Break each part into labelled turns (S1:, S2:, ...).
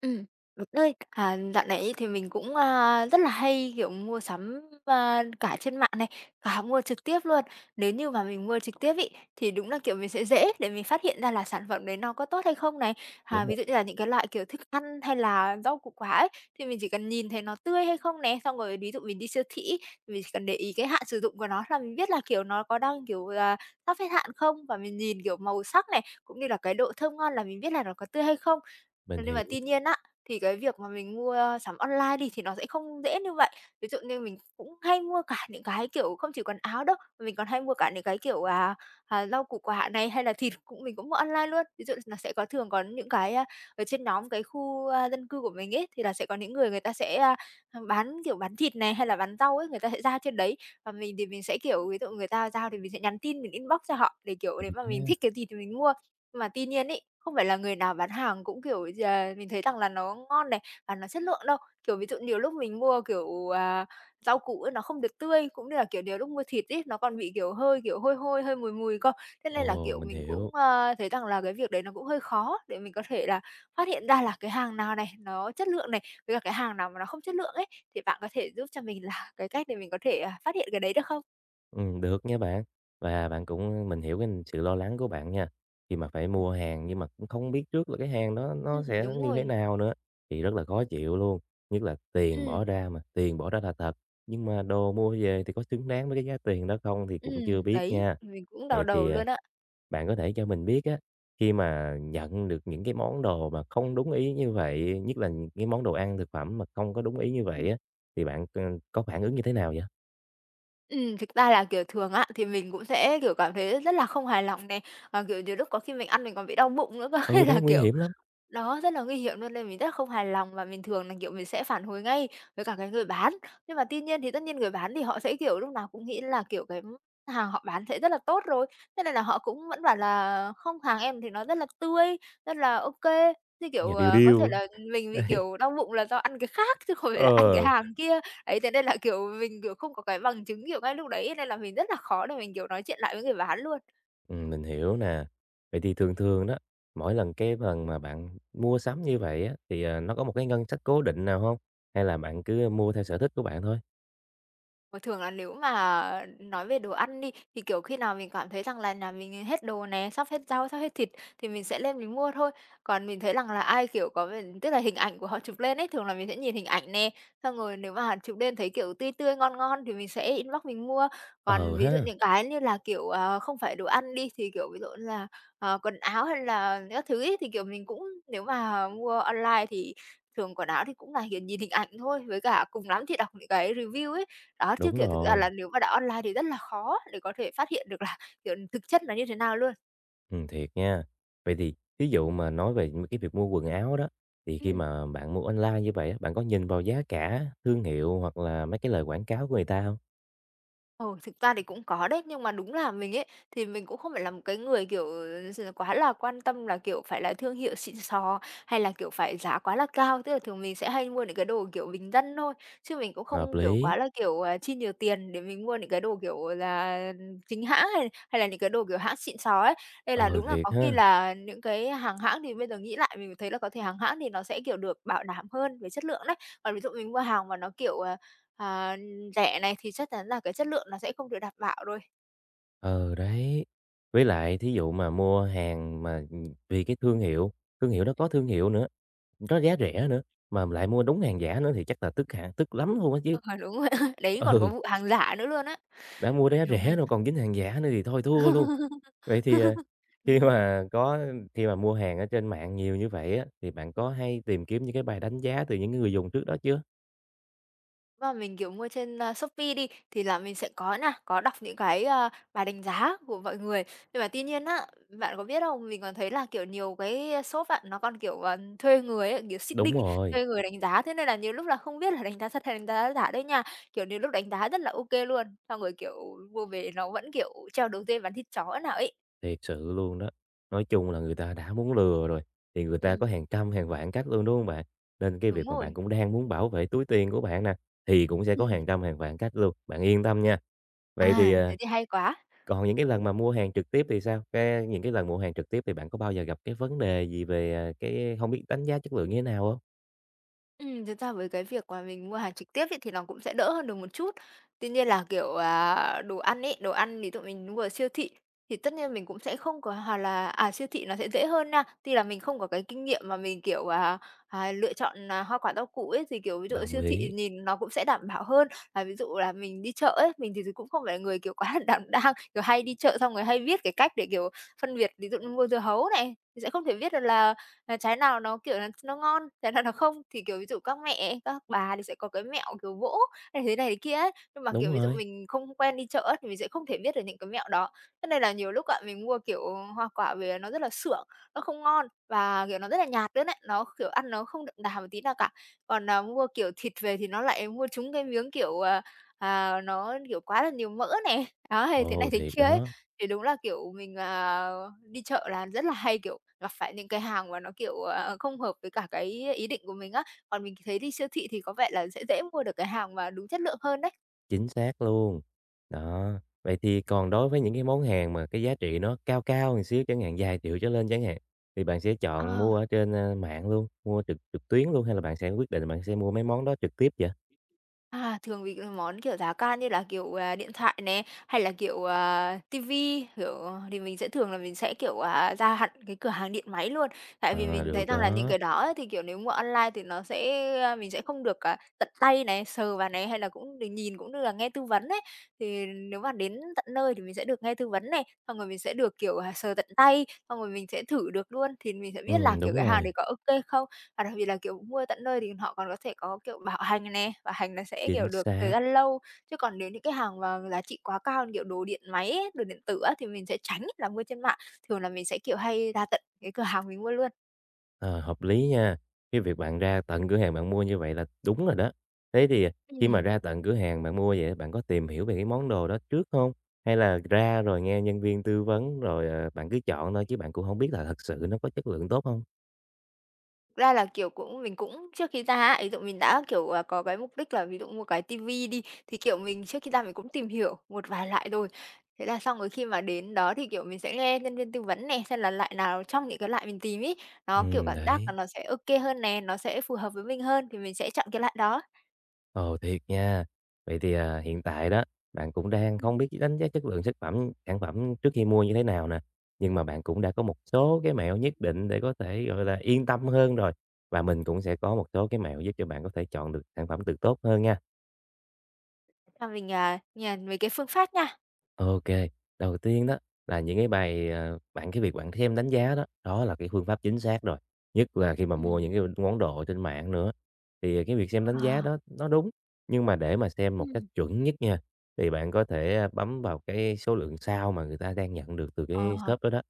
S1: Ừ, đúng đấy. À, dạo này ấy thì mình cũng, rất là hay, kiểu, mua sắm, cả trên mạng này, cả mua trực tiếp luôn. Nếu như mà mình mua trực tiếp ấy, thì đúng là, kiểu, mình sẽ dễ để mình phát hiện ra là sản phẩm đấy nó có tốt hay không này. À,
S2: Đúng
S1: ví
S2: rồi,
S1: dụ như là những cái loại, kiểu, thức ăn hay là rau củ quả ấy, thì mình chỉ cần nhìn thấy nó tươi hay không này. Xong rồi ví dụ mình đi siêu thị ấy, mình chỉ cần để ý cái hạn sử dụng của nó là mình biết là, kiểu, nó có đang, kiểu, sắp hết hạn không? Và mình nhìn, kiểu, màu sắc này, cũng như là cái độ thơm ngon là mình biết là nó có tươi hay không? Thế
S2: mình
S1: nhưng mà
S2: hiểu,
S1: tuy nhiên á, thì cái việc mà mình mua sắm online đi thì nó sẽ không dễ như vậy. Ví dụ như mình cũng hay mua cả những cái, kiểu, không chỉ quần áo đâu, mà mình còn hay mua cả những cái kiểu, rau củ quả này, hay là thịt mình cũng mua online luôn. Ví dụ là sẽ có thường có những cái, ở trên nhóm cái khu, dân cư của mình ấy, thì là sẽ có những người người ta sẽ, bán, kiểu, bán thịt này, hay là bán rau ấy, người ta sẽ giao trên đấy. Và mình thì mình sẽ, kiểu, ví dụ người ta giao thì mình sẽ nhắn tin, mình inbox cho họ để, kiểu, nếu
S2: mình
S1: mà mình
S2: nha.
S1: thích cái gì thì mình mua. Mà tuy nhiên ý không phải là người nào bán hàng cũng, kiểu, mình thấy rằng là nó ngon này và nó chất lượng đâu. Kiểu, ví dụ nhiều lúc mình mua, kiểu, rau củ ấy nó không được tươi, cũng như là, kiểu, nhiều lúc mua thịt ấy, nó còn bị, kiểu, hơi, kiểu, hôi hôi, hơi mùi mùi cơ. Thế nên là,
S2: Ồ,
S1: kiểu,
S2: mình
S1: mình
S2: hiểu.
S1: cũng, ơ, thấy rằng là cái việc đấy nó cũng hơi khó để mình có thể là phát hiện ra là cái hàng nào này, nó chất lượng này, với cả cái hàng nào mà nó không chất lượng ấy, thì bạn có thể giúp cho mình là cái cách để mình có thể, phát hiện cái đấy được không?
S2: Được nha bạn. Và bạn cũng mình hiểu cái sự lo lắng của bạn nha, khi mà phải mua hàng nhưng mà cũng không biết trước là cái hàng đó nó sẽ
S1: Đúng
S2: như thế
S1: rồi.
S2: nào nữa, thì rất là khó chịu luôn. Nhất là tiền
S1: Ừm,
S2: bỏ ra mà, tiền bỏ ra là thật, nhưng mà đồ mua về thì có xứng đáng với cái giá tiền đó không thì cũng chưa biết
S1: đấy,
S2: nha.
S1: mình cũng đau
S2: Vậy
S1: đầu
S2: thì,
S1: luôn á.
S2: bạn có thể cho mình biết á, khi mà nhận được những cái món đồ mà không đúng ý như vậy, nhất là những cái món đồ ăn, thực phẩm mà không có đúng ý như vậy á, thì bạn có phản ứng như thế nào vậy?
S1: Thực ra là, kiểu, thường á, thì mình cũng sẽ, kiểu, cảm thấy rất là không hài lòng này và, kiểu, nhiều lúc có khi mình ăn mình còn bị đau bụng nữa cơ, hay
S2: "Ừ,
S1: là,
S2: đấy, nguy
S1: kiểu,
S2: hiểm lắm!"
S1: đó, rất là nguy hiểm luôn, nên mình rất là không hài lòng và mình thường là, kiểu, mình sẽ phản hồi ngay với cả cái người bán. Nhưng mà tuy nhiên thì tất nhiên người bán thì họ sẽ, kiểu, lúc nào cũng nghĩ là, kiểu, cái hàng họ bán sẽ rất là tốt rồi, thế nên là họ cũng vẫn bảo là "Không, hàng em thì nó rất là tươi, rất là ô kê." Thế, kiểu,
S2: Nhà điêu
S1: ờ, có thể
S2: điêu á,
S1: là mình bị,
S2: đấy,
S1: kiểu, đau bụng là do ăn cái khác chứ không phải là ăn cái
S2: ờ,
S1: hàng kia. Đấy, thế nên là, kiểu, mình, kiểu, không có cái bằng chứng, kiểu, ngay lúc đấy nên là mình rất là khó để mình, kiểu, nói chuyện lại với người bán luôn.
S2: mình hiểu nè. Vậy thì thường thường đó, mỗi lần cái lần mà bạn mua sắm như vậy á, thì, nó có một cái ngân sách cố định nào không? Hay là bạn cứ mua theo sở thích của bạn thôi?
S1: Ờ, thường là nếu mà nói về đồ ăn đi, thì, kiểu, khi nào mình cảm thấy rằng là nhà mình hết đồ nè, sắp hết rau, sắp hết thịt thì mình sẽ lên mình mua thôi. Còn mình thấy rằng là ai, kiểu, có vẻ tức là hình ảnh của họ chụp lên ấy, thường là mình sẽ nhìn hình ảnh nè, xong rồi nếu mà chụp lên thấy, kiểu, tươi tươi, ngon ngon thì mình sẽ inbox mình mua. Còn
S2: Ờ
S1: ví dụ
S2: ha,
S1: những cái như là, kiểu, không phải đồ ăn đi, thì, kiểu, ví dụ như là, quần áo hay là các thứ ấy, thì, kiểu, mình cũng nếu mà mua online thì thường quần áo thì cũng là hiện nhìn hình ảnh thôi, với cả cùng lắm thì đọc những cái review ấy. Đó, chứ,
S2: đúng
S1: kiểu, thực ra là
S2: rồi,
S1: nếu mà đã online thì rất là khó để có thể phát hiện được là, kiểu, thực chất là như thế nào luôn.
S2: thiệt nha. Vậy thì ví dụ mà nói về cái việc mua quần áo đó, thì khi
S1: Ừm.
S2: mà bạn mua online như vậy á, bạn có nhìn vào giá cả, thương hiệu hoặc là mấy cái lời quảng cáo của người ta không?
S1: Ồ, thực ra thì cũng có đấy, nhưng mà đúng là mình ấy, thì mình cũng không phải là một cái người, kiểu, quá là quan tâm là, kiểu, phải là thương hiệu xịn sò, hay là, kiểu, phải giá quá là cao. Tức là thường mình sẽ hay mua những cái đồ, kiểu, bình dân thôi, chứ mình cũng
S2: Hợp
S1: không, kiểu,
S2: lý,
S1: quá là, kiểu, chi nhiều tiền để mình mua những cái đồ, kiểu là, chính hãng hay hay là những cái đồ, kiểu, hãng xịn sò ấy. Đây là
S2: ờ,
S1: đúng là
S2: thiệt
S1: có khi
S2: ha.
S1: là những cái hàng hãng thì bây giờ nghĩ lại mình thấy là có thể hàng hãng thì nó sẽ, kiểu, được bảo đảm hơn về chất lượng đấy. Còn ví dụ mình mua hàng mà nó, kiểu, à rẻ này thì chắc chắn là cái chất lượng nó sẽ không được đảm bảo rồi.
S2: Ờ Đấy. Với lại thí dụ mà mua hàng mà, vì cái thương hiệu nó có thương hiệu nữa, có giá rẻ nữa, mà lại mua đúng hàng giả nữa thì chắc là tức hàng tức lắm luôn á chứ.
S1: Ờ, đúng rồi. Đấy, còn có
S2: Ừ,
S1: vụ hàng giả nữa luôn á.
S2: đã mua giá
S1: Đúng rồi.
S2: rẻ rồi còn dính hàng giả nữa thì thôi thua luôn. Vậy thì,
S1: Đúng
S2: khi
S1: rồi.
S2: mà có khi mà mua hàng ở trên mạng nhiều như vậy á, thì bạn có hay tìm kiếm những cái bài đánh giá từ những người dùng trước đó chưa?
S1: Mà mình, kiểu, mua trên, Shopee đi, thì là mình sẽ có nè, có đọc những cái, bài đánh giá của mọi người. Nhưng mà tuy nhiên á, bạn có biết không? Mình còn thấy là, kiểu, nhiều cái shop á, nó còn, kiểu, thuê người ấy, kiểu,
S2: Đúng
S1: seeding,
S2: rồi.
S1: thuê người đánh giá, thế nên là nhiều lúc là không biết là đánh giá thật hay đánh giá giả đấy nha. Kiểu, nhiều lúc đánh giá rất là ok luôn, xong rồi, kiểu, mua về nó vẫn, kiểu, treo đầu dê bán thịt chó nào ấy.
S2: Thiệt sự luôn đó. Nói chung là người ta đã muốn lừa rồi, thì người ta
S1: Ừm.
S2: có hàng trăm hàng vạn cách luôn, đúng không bạn? Nên cái
S1: Đúng
S2: việc mà
S1: rồi.
S2: bạn cũng đang muốn bảo vệ túi tiền của bạn nè, thì cũng sẽ có
S1: Ừm.
S2: hàng trăm hàng vạn cách luôn, bạn yên tâm nha. Vậy thì,
S1: À, thế thì hay quá.
S2: còn những cái lần mà mua hàng trực tiếp thì sao? Những cái lần mua hàng trực tiếp thì bạn có bao giờ gặp cái vấn đề gì về, cái không biết đánh giá chất lượng như thế nào không?
S1: Thực ra với cái việc mà mình mua hàng trực tiếp ấy, thì nó cũng sẽ đỡ hơn được một chút. Tuy nhiên là, kiểu, đồ ăn ví dụ mình mua ở siêu thị thì tất nhiên mình cũng sẽ không có hoặc là siêu thị nó sẽ dễ hơn nha. Tuy là mình không có cái kinh nghiệm mà mình, kiểu, lựa chọn, hoa quả rau củ ấy, thì, kiểu, ví dụ ở
S2: Đồng
S1: siêu thị
S2: ý,
S1: nhìn nó cũng sẽ đảm bảo hơn. Và ví dụ là mình đi chợ ấy, mình thì cũng không phải là người, kiểu, quá là đảm đang, kiểu, hay đi chợ xong rồi hay viết cái cách để, kiểu, phân biệt, ví dụ như mua dưa hấu này, thì sẽ không thể viết được là trái nào nó, kiểu là, nó ngon, trái nào nó không. Thì, kiểu, ví dụ các mẹ ấy, các bà thì sẽ có cái mẹo, kiểu, vỗ hay thế này thế kia ấy, nhưng mà, kiểu,
S2: đúng
S1: ví dụ
S2: rồi.
S1: mình không quen đi chợ á, thì mình sẽ không thể biết được những cái mẹo đó. Thế nên là nhiều lúc á, mình mua, kiểu, hoa quả về nó rất là sượng, nó không ngon và, kiểu, nó rất là nhạt nữa ấy, nó, kiểu, ăn nó không đậm đà một tí nào cả. Còn mua, kiểu, thịt về thì nó lại mua trúng cái miếng, kiểu, nó, kiểu, quá là nhiều mỡ này, đó, hay thế này
S2: Ồ,
S1: thế
S2: thiệt
S1: kia ấy.
S2: đó.
S1: Thì đúng là, kiểu, đi chợ là rất là hay, kiểu, gặp phải những cái hàng mà nó, kiểu, không hợp với cả cái ý định của mình á. Còn mình thấy đi siêu thị thì có vẻ là sẽ dễ mua được cái hàng mà đúng chất lượng hơn đấy.
S2: Chính xác luôn. Đó, vậy thì còn đối với những cái món hàng mà cái giá trị nó cao cao một xíu chẳng hạn, vài triệu trở lên chẳng hạn, thì bạn sẽ
S1: Ờ.
S2: chọn mua ở trên, mạng luôn, mua trực trực tuyến luôn hay là bạn sẽ quyết định bạn sẽ mua mấy món đó trực tiếp vậy?
S1: À, thường vì cái món, kiểu, giá cao như là, kiểu, điện thoại này hay là, kiểu, kiểu, thì mình sẽ thường là mình sẽ, kiểu, ra hẳn cái cửa hàng điện máy luôn. Tại vì
S2: Ờ,
S1: mình thấy
S2: được
S1: rằng là những
S2: đó.
S1: cái đó ấy thì, kiểu, nếu mua online thì nó sẽ, mình sẽ không được, tận tay này, sờ vào này, hay là cũng được nhìn cũng như là nghe tư vấn ấy. Thì nếu mà đến tận nơi thì mình sẽ được nghe tư vấn này, xong rồi mình sẽ được, kiểu, sờ tận tay, xong rồi mình sẽ thử được luôn thì mình sẽ biết là, kiểu,
S2: Đúng
S1: cái hàng đấy
S2: rồi,
S1: có ok không. Và đặc biệt là, kiểu, mua tận nơi thì họ còn có thể có, kiểu, bảo hành nè, bảo hành nó sẽ,
S2: chính
S1: kiểu, được thời
S2: xác.
S1: gian lâu. Chứ còn nếu những cái hàng mà giá trị quá cao như kiểu đồ điện máy ấy, đồ điện tử á, thì mình sẽ tránh là mua trên mạng, thường là mình sẽ, kiểu, hay ra tận cái cửa hàng mình mua luôn.
S2: Ờ, hợp lý nha. Cái việc bạn ra tận cửa hàng bạn mua như vậy là đúng rồi đó. Thế thì khi mà
S1: Ừm.
S2: ra tận cửa hàng bạn mua vậy, bạn có tìm hiểu về cái món đồ đó trước không? Hay là ra rồi nghe nhân viên tư vấn rồi, bạn cứ chọn thôi chứ bạn cũng không biết là thật sự nó có chất lượng tốt không?
S1: Cũng mình cũng trước khi ra á, ý dụ mình đã, kiểu, có cái mục đích là ví dụ mua cái tivi đi, thì, kiểu, mình trước khi ra mình cũng tìm hiểu một vài loại rồi. Thế là xong rồi khi mà đến đó thì, kiểu, mình sẽ nghe nhân viên tư vấn này xem là loại nào trong những cái loại mình tìm ấy, nó, kiểu,
S2: Ừ
S1: cảm giác là
S2: đấy.
S1: nó sẽ ok hơn nè, nó sẽ phù hợp với mình hơn thì mình sẽ chọn cái loại đó.
S2: Ồ, thiệt nha. Vậy thì, hiện tại đó, bạn cũng đang
S1: Ừm.
S2: không biết đánh giá chất lượng sản phẩm trước khi mua như thế nào nè, nhưng mà bạn cũng đã có một số cái mẹo nhất định để có thể, gọi là, yên tâm hơn rồi, và mình cũng sẽ có một số cái mẹo giúp cho bạn có thể chọn được sản phẩm từ tốt hơn nha.
S1: Xong mình, nhìn mấy cái phương pháp nha.
S2: OK, đầu tiên đó là những cái bài, ờ, bạn cái việc bạn xem đánh giá đó, đó là cái phương pháp chính xác rồi, nhất là khi mà mua
S1: Ừm.
S2: những cái món đồ trên mạng nữa. Thì cái việc xem
S1: Ờ.
S2: đánh giá đó nó đúng, nhưng mà để mà xem một cách
S1: Ừm.
S2: chuẩn nhất nha, thì bạn có thể bấm vào cái số lượng sao mà người ta đang nhận được từ
S1: Ờ.
S2: cái shop đó đó.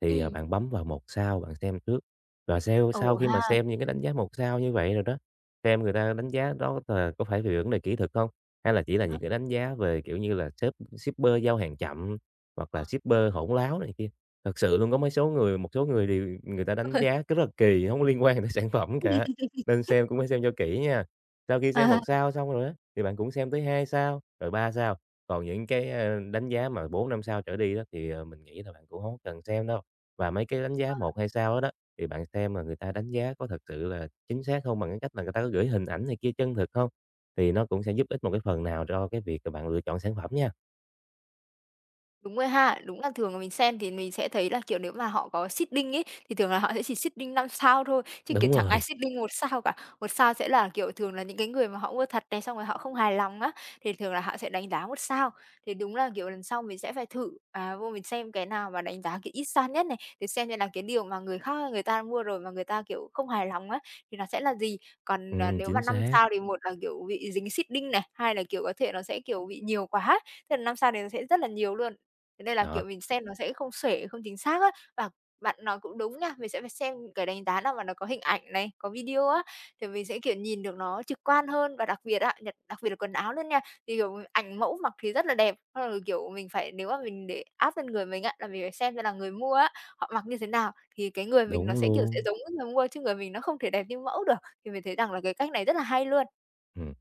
S2: Thì,
S1: Ừm.
S2: bạn bấm vào một sao bạn xem trước, và sau
S1: Ổn
S2: sau khi
S1: ha.
S2: mà xem những cái đánh
S1: Ừm.
S2: giá một sao như vậy rồi đó, xem người ta đánh giá đó là có phải về vấn đề kỹ thuật không? Hay là chỉ là
S1: Ờ.
S2: những cái đánh giá về, kiểu như là, sếp shipper giao hàng chậm hoặc là shipper hỗn láo này kia. Thật sự luôn có mấy số người một số người thì người ta đánh giá rất là kỳ, không có liên quan tới sản phẩm cả, nên xem cũng phải xem cho kỹ nha. Sau khi
S1: Ờ.
S2: xem
S1: Ờ.
S2: một sao xong rồi á, thì bạn cũng xem tới 2 sao, rồi 3 sao, còn những cái, đánh giá mà 4 5 sao trở đi đó thì, mình nghĩ là bạn cũng không cần xem đâu. Và mấy cái đánh giá một hay sao đó đó, thì bạn xem là người ta đánh giá có thật sự là chính xác không, bằng cái cách là người ta có gửi hình ảnh này kia chân thực không, thì nó cũng sẽ giúp ích một cái phần nào cho cái việc là bạn lựa chọn sản phẩm nha.
S1: Đúng rồi ha. Đúng là thường là mình xem thì mình sẽ thấy là, kiểu, nếu mà họ có seeding ấy, thì thường là họ sẽ chỉ seeding 5 sao thôi, chứ, kiểu,
S2: Đúng
S1: chẳng ai
S2: rồi,
S1: seeding một sao cả. Một sao sẽ là, kiểu, thường là những cái người mà họ mua thật này, xong rồi họ không hài lòng á, thì thường là họ sẽ đánh giá một sao. Thì đúng là, kiểu, lần sau mình sẽ phải thử, vô mình xem cái nào mà đánh giá, kiểu, ít sao nhất này, để xem là cái điều mà người khác người ta mua rồi mà người ta, kiểu, không hài lòng á, thì nó sẽ là gì. Còn, nếu mà
S2: chính
S1: 5
S2: xác,
S1: sao thì một là, kiểu, bị dính seeding này, hai là, kiểu, có thể nó sẽ, kiểu, bị nhiều quá, thế là 5 sao thì nó sẽ rất là nhiều luôn. Thế nên là,
S2: đó,
S1: kiểu, mình xem nó sẽ không xuể, không chính xác á. Và bạn nói cũng đúng nha, mình sẽ phải xem cái đánh giá nào mà nó có hình ảnh này, có video á, thì mình sẽ, kiểu, nhìn được nó trực quan hơn. Và đặc biệt á, đặc biệt là quần áo luôn nha, thì, kiểu, ảnh mẫu mặc thì rất là đẹp, xong rồi, kiểu, mình phải nếu mà mình để áp lên người mình á, là mình phải xem là người mua á, họ mặc như thế nào thì cái người mình nó
S2: đúng
S1: sẽ, kiểu, sẽ
S2: luôn.
S1: giống với người mua, chứ người mình nó không thể đẹp như mẫu được. Thì mình thấy rằng là cái cách này rất là hay luôn.
S2: Ừm.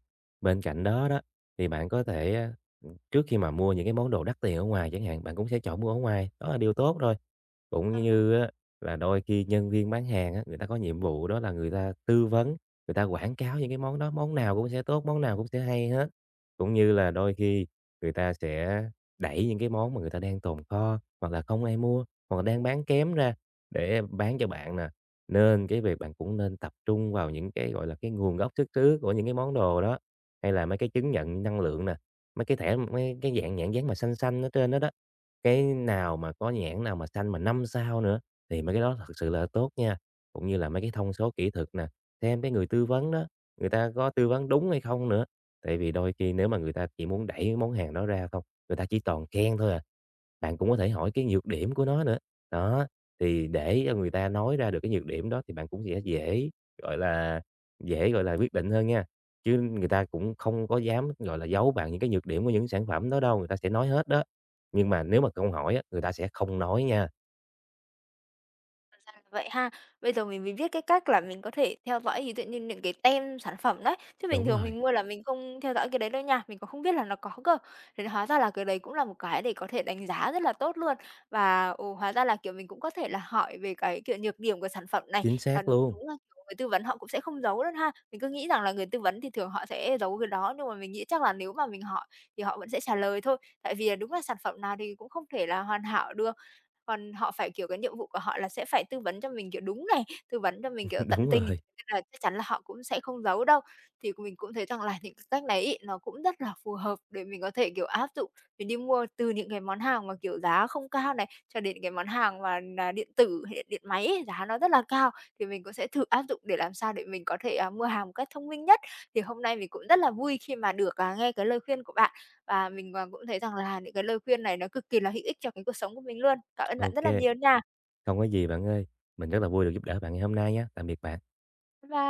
S2: Bên cạnh đó đó, thì bạn có thể, trước khi mà mua những cái món đồ đắt tiền ở ngoài chẳng hạn, bạn cũng sẽ chọn mua ở ngoài, đó là điều tốt thôi. Cũng
S1: Ờ.
S2: như á là đôi khi nhân viên bán hàng á, người ta có nhiệm vụ đó là người ta tư vấn, người ta quảng cáo những cái món đó, món nào cũng sẽ tốt, món nào cũng sẽ hay hết. Cũng như là đôi khi người ta sẽ đẩy những cái món mà người ta đang tồn kho, hoặc là không ai mua, hoặc là đang bán kém ra để bán cho bạn nè. Nên cái việc bạn cũng nên tập trung vào những cái, gọi là, cái nguồn gốc xuất xứ của những cái món đồ đó, hay là mấy cái chứng nhận năng lượng nè, mấy cái thẻ mấy cái dạng nhãn dán mà xanh xanh ở trên đó đó. Cái nào mà có nhãn nào mà xanh mà 5 sao nữa thì mấy cái đó thật sự là tốt nha. Cũng như là mấy cái thông số kỹ thuật nè, xem cái người tư vấn đó, người ta có tư vấn đúng hay không nữa. Tại vì đôi khi nếu mà người ta chỉ muốn đẩy cái món hàng đó ra không, người ta chỉ toàn khen thôi à. Bạn cũng có thể hỏi cái nhược điểm của nó nữa. Đó. Thì để cho người ta nói ra được cái nhược điểm đó thì bạn cũng sẽ gọi là, dễ, gọi là, quyết định hơn nha. Chứ người ta cũng không có dám, gọi là, giấu bạn những cái nhược điểm của những sản phẩm đó đâu, người ta sẽ nói hết đó. Nhưng mà nếu mà không hỏi á, người ta sẽ không nói nha.
S1: Ra là vậy ha. Bây giờ mình mới biết cái cách là mình có thể theo dõi ví dụ như những cái tem sản phẩm đấy, chứ bình
S2: Đúng
S1: thường
S2: rồi,
S1: mình mua là mình không theo dõi cái đấy đâu nha, mình còn không biết là nó có cơ. Thế hóa ra là cái đấy cũng là một cái để có thể đánh giá rất là tốt luôn. Và, ừ, hóa ra là, kiểu, mình cũng có thể là hỏi về cái, kiểu, nhược điểm của sản phẩm này,
S2: chính
S1: và
S2: xác luôn.
S1: đúng là, kiểu, người tư vấn họ cũng sẽ không giấu luôn ha. Mình cứ nghĩ rằng là người tư vấn thì thường họ sẽ giấu cái đó, nhưng mà mình nghĩ chắc là nếu mà mình hỏi thì họ vẫn sẽ trả lời thôi, tại vì là đúng là sản phẩm nào thì cũng không thể là hoàn hảo được. Còn họ phải, kiểu, cái nhiệm vụ của họ là sẽ phải tư vấn cho mình, kiểu, đúng này, tư vấn cho mình, kiểu, tận
S2: Đúng
S1: tình, nên
S2: rồi.
S1: là chắc chắn là họ cũng sẽ không giấu đâu. Thì mình cũng thấy rằng là những cái cách này ấy, nó cũng rất là phù hợp để mình có thể, kiểu, áp dụng, mình đi mua từ những cái món hàng mà, kiểu, giá không cao này, cho đến cái món hàng mà điện tử hay điện điện máy ấy, giá nó rất là cao, thì mình cũng sẽ thử áp dụng để làm sao để mình có thể, mua hàng một cách thông minh nhất. Thì hôm nay mình cũng rất là vui khi mà được, nghe cái lời khuyên của bạn và mình, cũng thấy rằng là những cái lời khuyên này nó cực kỳ là hữu ích cho cái cuộc sống của mình luôn. Cảm ơn bạn rất
S2: OK,
S1: là nhiều nha.
S2: không có gì bạn ơi. Mình rất là vui được giúp đỡ bạn ngày hôm nay nhé. Tạm biệt bạn.
S1: Bye bye.